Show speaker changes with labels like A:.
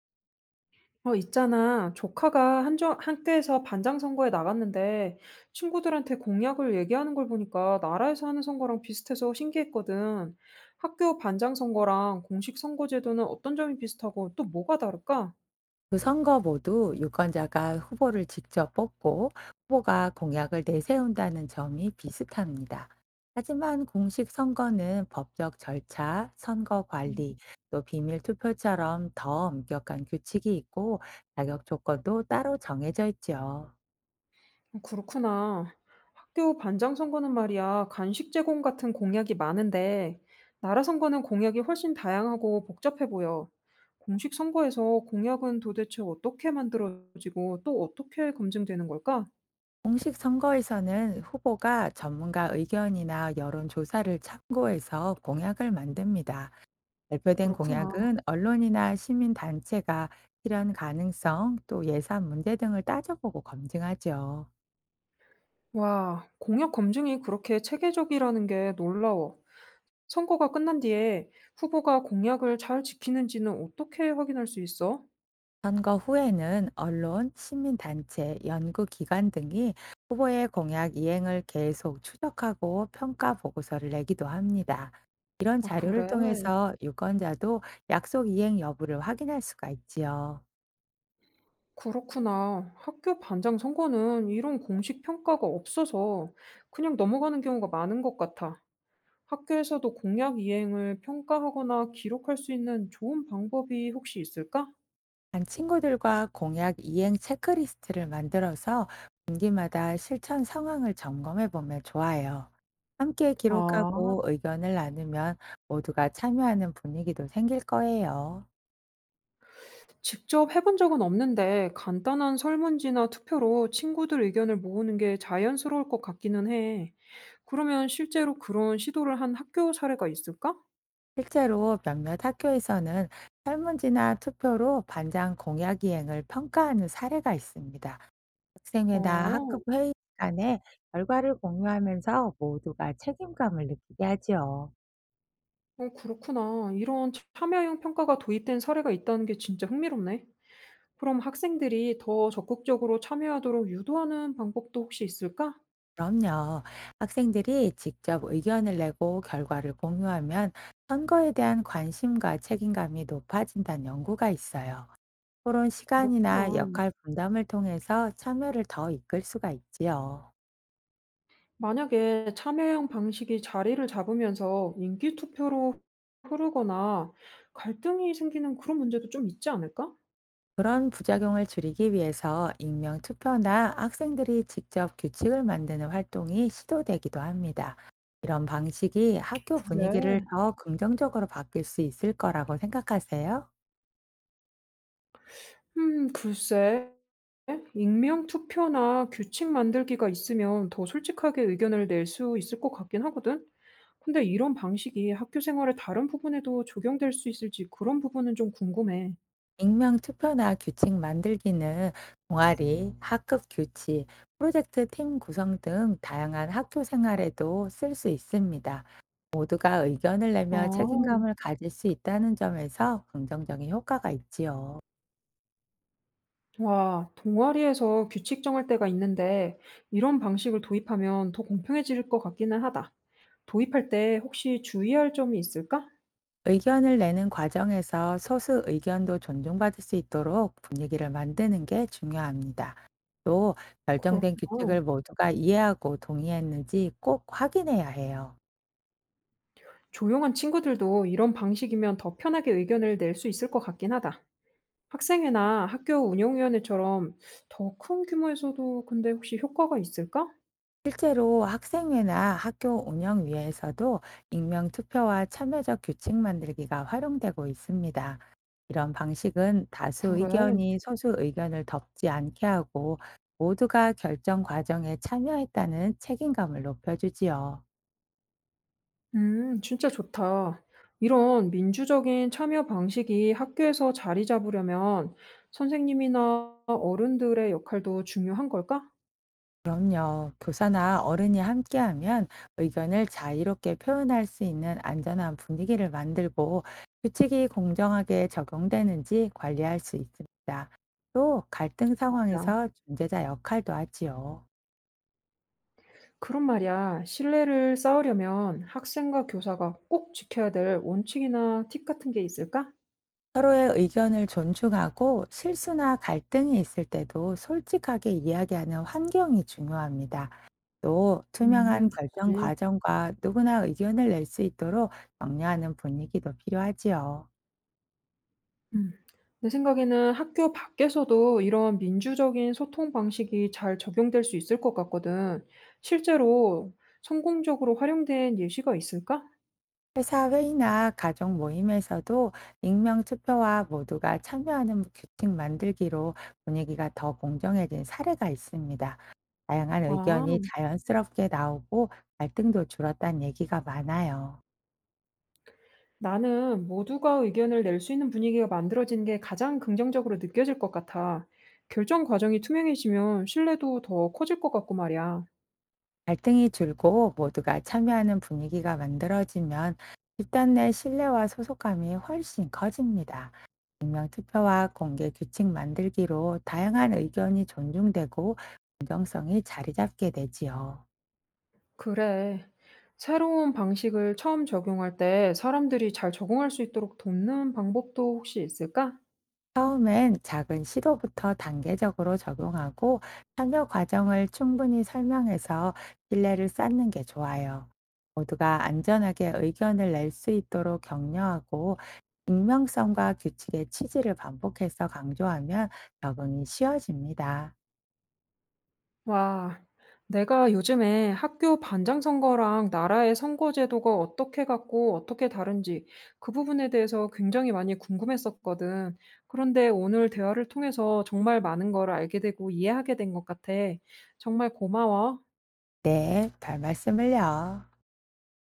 A: 어, 있잖아. 조카가 학교에서 반장 선거에 나갔는데 친구들한테 공약을 얘기하는 걸 보니까 나라에서 하는 선거랑 비슷해서 신기했거든. 학교 반장 선거랑 공식 선거 제도는 어떤 점이 비슷하고 또 뭐가 다를까?
B: 그 선거 모두 유권자가 후보를 직접 뽑고 후보가 공약을 내세운다는 점이 비슷합니다. 하지만 공식 선거는 법적 절차, 선거 관리, 또 비밀 투표처럼 더 엄격한 규칙이 있고 자격 조건도 따로 정해져 있죠.
A: 어, 그렇구나. 학교 반장 선거는 말이야. 간식 제공 같은 공약이 많은데 나라 선거는 공약이 훨씬 다양하고 복잡해 보여. 공식 선거에서 공약은 도대체 어떻게 만들어지고 또 어떻게 검증되는 걸까?
B: 공식 선거에서는 후보가 전문가 의견이나 여론조사를 참고해서 공약을 만듭니다. 발표된
A: 그렇구나.
B: 공약은 언론이나 시민단체가 실현 가능성 또 예산 문제 등을 따져보고 검증하죠.
A: 와, 공약 검증이 그렇게 체계적이라는 게 놀라워. 선거가 끝난 뒤에 후보가 공약을 잘 지키는지는 어떻게 확인할 수 있어?
B: 선거 후에는 언론, 시민단체, 연구기관 등이 후보의 공약 이행을 계속 추적하고 평가 보고서를 내기도 합니다. 이런
A: 아,
B: 자료를
A: 그래.
B: 통해서 유권자도 약속 이행 여부를 확인할 수가 있지요.
A: 그렇구나. 학교 반장 선거는 이런 공식 평가가 없어서 그냥 넘어가는 경우가 많은 것 같아. 학교에서도 공약 이행을 평가하거나 기록할 수 있는 좋은 방법이 혹시 있을까?
B: 반 친구들과 공약 이행 체크리스트를 만들어서 분기마다 실천 상황을 점검해 보면 좋아요. 함께
A: 아.
B: 기록하고 의견을 나누면 모두가 참여하는 분위기도 생길 거예요.
A: 직접 해본 적은 없는데 간단한 설문지나 투표로 친구들 의견을 모으는 게 자연스러울 것 같기는 해. 그러면 실제로 그런 시도를 한 학교 사례가 있을까?
B: 실제로 몇몇 학교에서는 설문지나 투표로 반장 공약 이행을 평가하는 사례가 있습니다. 학생회나
A: 어,
B: 학급 회의 시간에 결과를 공유하면서 모두가 책임감을 느끼게 하지요.
A: 그렇구나. 이런 참여형 평가가 도입된 사례가 있다는 게 진짜 흥미롭네. 그럼 학생들이 더 적극적으로 참여하도록 유도하는 방법도 혹시 있을까?
B: 그럼요. 학생들이 직접 의견을 내고 결과를 공유하면 선거에 대한 관심과 책임감이 높아진다는 연구가 있어요. 토론 시간이나
A: 그렇구나.
B: 역할 분담을 통해서 참여를 더 이끌 수가 있지요.
A: 만약에 참여형 방식이 자리를 잡으면서 인기 투표로 흐르거나 갈등이 생기는 그런 문제도 좀 있지 않을까?
B: 그런 부작용을 줄이기 위해서 익명 투표나 학생들이 직접 규칙을 만드는 활동이 시도되기도 합니다. 이런 방식이 학교 분위기를
A: 그래.
B: 더 긍정적으로 바뀔 수 있을 거라고 생각하세요?
A: 글쎄. 익명 투표나 규칙 만들기가 있으면 더 솔직하게 의견을 낼 수 있을 것 같긴 하거든. 근데 이런 방식이 학교 생활의 다른 부분에도 적용될 수 있을지 그런 부분은 좀 궁금해.
B: 익명 투표나 규칙 만들기는 동아리, 학급 교치, 프로젝트 팀 구성 등 다양한 학교 생활에도 쓸 수 있습니다. 모두가 의견을 내며
A: 아,
B: 책임감을 가질 수 있다는 점에서 긍정적인 효과가 있지요.
A: 와, 동아리에서 규칙 정할 때가 있는데 이런 방식을 도입하면 더 공평해질 것 같기는 하다. 도입할 때 혹시 주의할 점이 있을까?
B: 의견을 내는 과정에서 소수 의견도 존중받을 수 있도록 분위기를 만드는 게 중요합니다. 또 결정된
A: 그렇구나.
B: 규칙을 모두가 이해하고 동의했는지 꼭 확인해야 해요.
A: 조용한 친구들도 이런 방식이면 더 편하게 의견을 낼 수 있을 것 같긴 하다. 학생회나 학교 운영위원회처럼 더 큰 규모에서도 근데 혹시 효과가 있을까?
B: 실제로 학생회나 학교 운영 위에서도 익명 투표와 참여적 규칙 만들기가 활용되고 있습니다. 이런 방식은 다수
A: 그래.
B: 의견이 소수 의견을 덮지 않게 하고 모두가 결정 과정에 참여했다는 책임감을 높여주지요.
A: 진짜 좋다. 이런 민주적인 참여 방식이 학교에서 자리 잡으려면 선생님이나 어른들의 역할도 중요한 걸까?
B: 그럼요. 교사나 어른이 함께하면 의견을 자유롭게 표현할 수 있는 안전한 분위기를 만들고 규칙이 공정하게 적용되는지 관리할 수 있습니다. 또 갈등
A: 맞아.
B: 상황에서 중재자 역할도 하지요.
A: 그럼 말이야, 신뢰를 쌓으려면 학생과 교사가 꼭 지켜야 될 원칙이나 팁 같은 게 있을까?
B: 서로의 의견을 존중하고 실수나 갈등이 있을 때도 솔직하게 이야기하는 환경이 중요합니다. 또 투명한 결정
A: 그치.
B: 과정과 누구나 의견을 낼 수 있도록 격려하는 분위기도 필요하지요.
A: 음. 내 생각에는 학교 밖에서도 이런 민주적인 소통 방식이 잘 적용될 수 있을 것 같거든. 실제로 성공적으로 활용된 예시가 있을까?
B: 회사 회의나 가족 모임에서도 익명 투표와 모두가 참여하는 규칙 만들기로 분위기가 더 공정해진 사례가 있습니다. 다양한
A: 아,
B: 의견이 자연스럽게 나오고 갈등도 줄었다는 얘기가 많아요.
A: 나는 모두가 의견을 낼 수 있는 분위기가 만들어지는 게 가장 긍정적으로 느껴질 것 같아. 결정 과정이 투명해지면 신뢰도 더 커질 것 같고 말이야.
B: 갈등이 줄고 모두가 참여하는 분위기가 만들어지면 집단 내 신뢰와 소속감이 훨씬 커집니다. 익명 투표와 공개 규칙 만들기로 다양한 의견이 존중되고 공정성이 자리 잡게 되지요.
A: 그래. 새로운 방식을 처음 적용할 때 사람들이 잘 적응할 수 있도록 돕는 방법도 혹시 있을까?
B: 처음엔 작은 시도부터 단계적으로 적용하고 참여 과정을 충분히 설명해서 신뢰를 쌓는 게 좋아요. 모두가 안전하게 의견을 낼 수 있도록 격려하고 익명성과 규칙의 취지를 반복해서 강조하면 적응이 쉬워집니다.
A: 와, 내가 요즘에 학교 반장 선거랑 나라의 선거 제도가 어떻게 같고 어떻게 다른지 그 부분에 대해서 굉장히 많이 궁금했었거든. 그런데 오늘 대화를 통해서 정말 많은 걸 알게 되고 이해하게 된 것 같아. 정말 고마워.
B: 네, 별 말씀을요.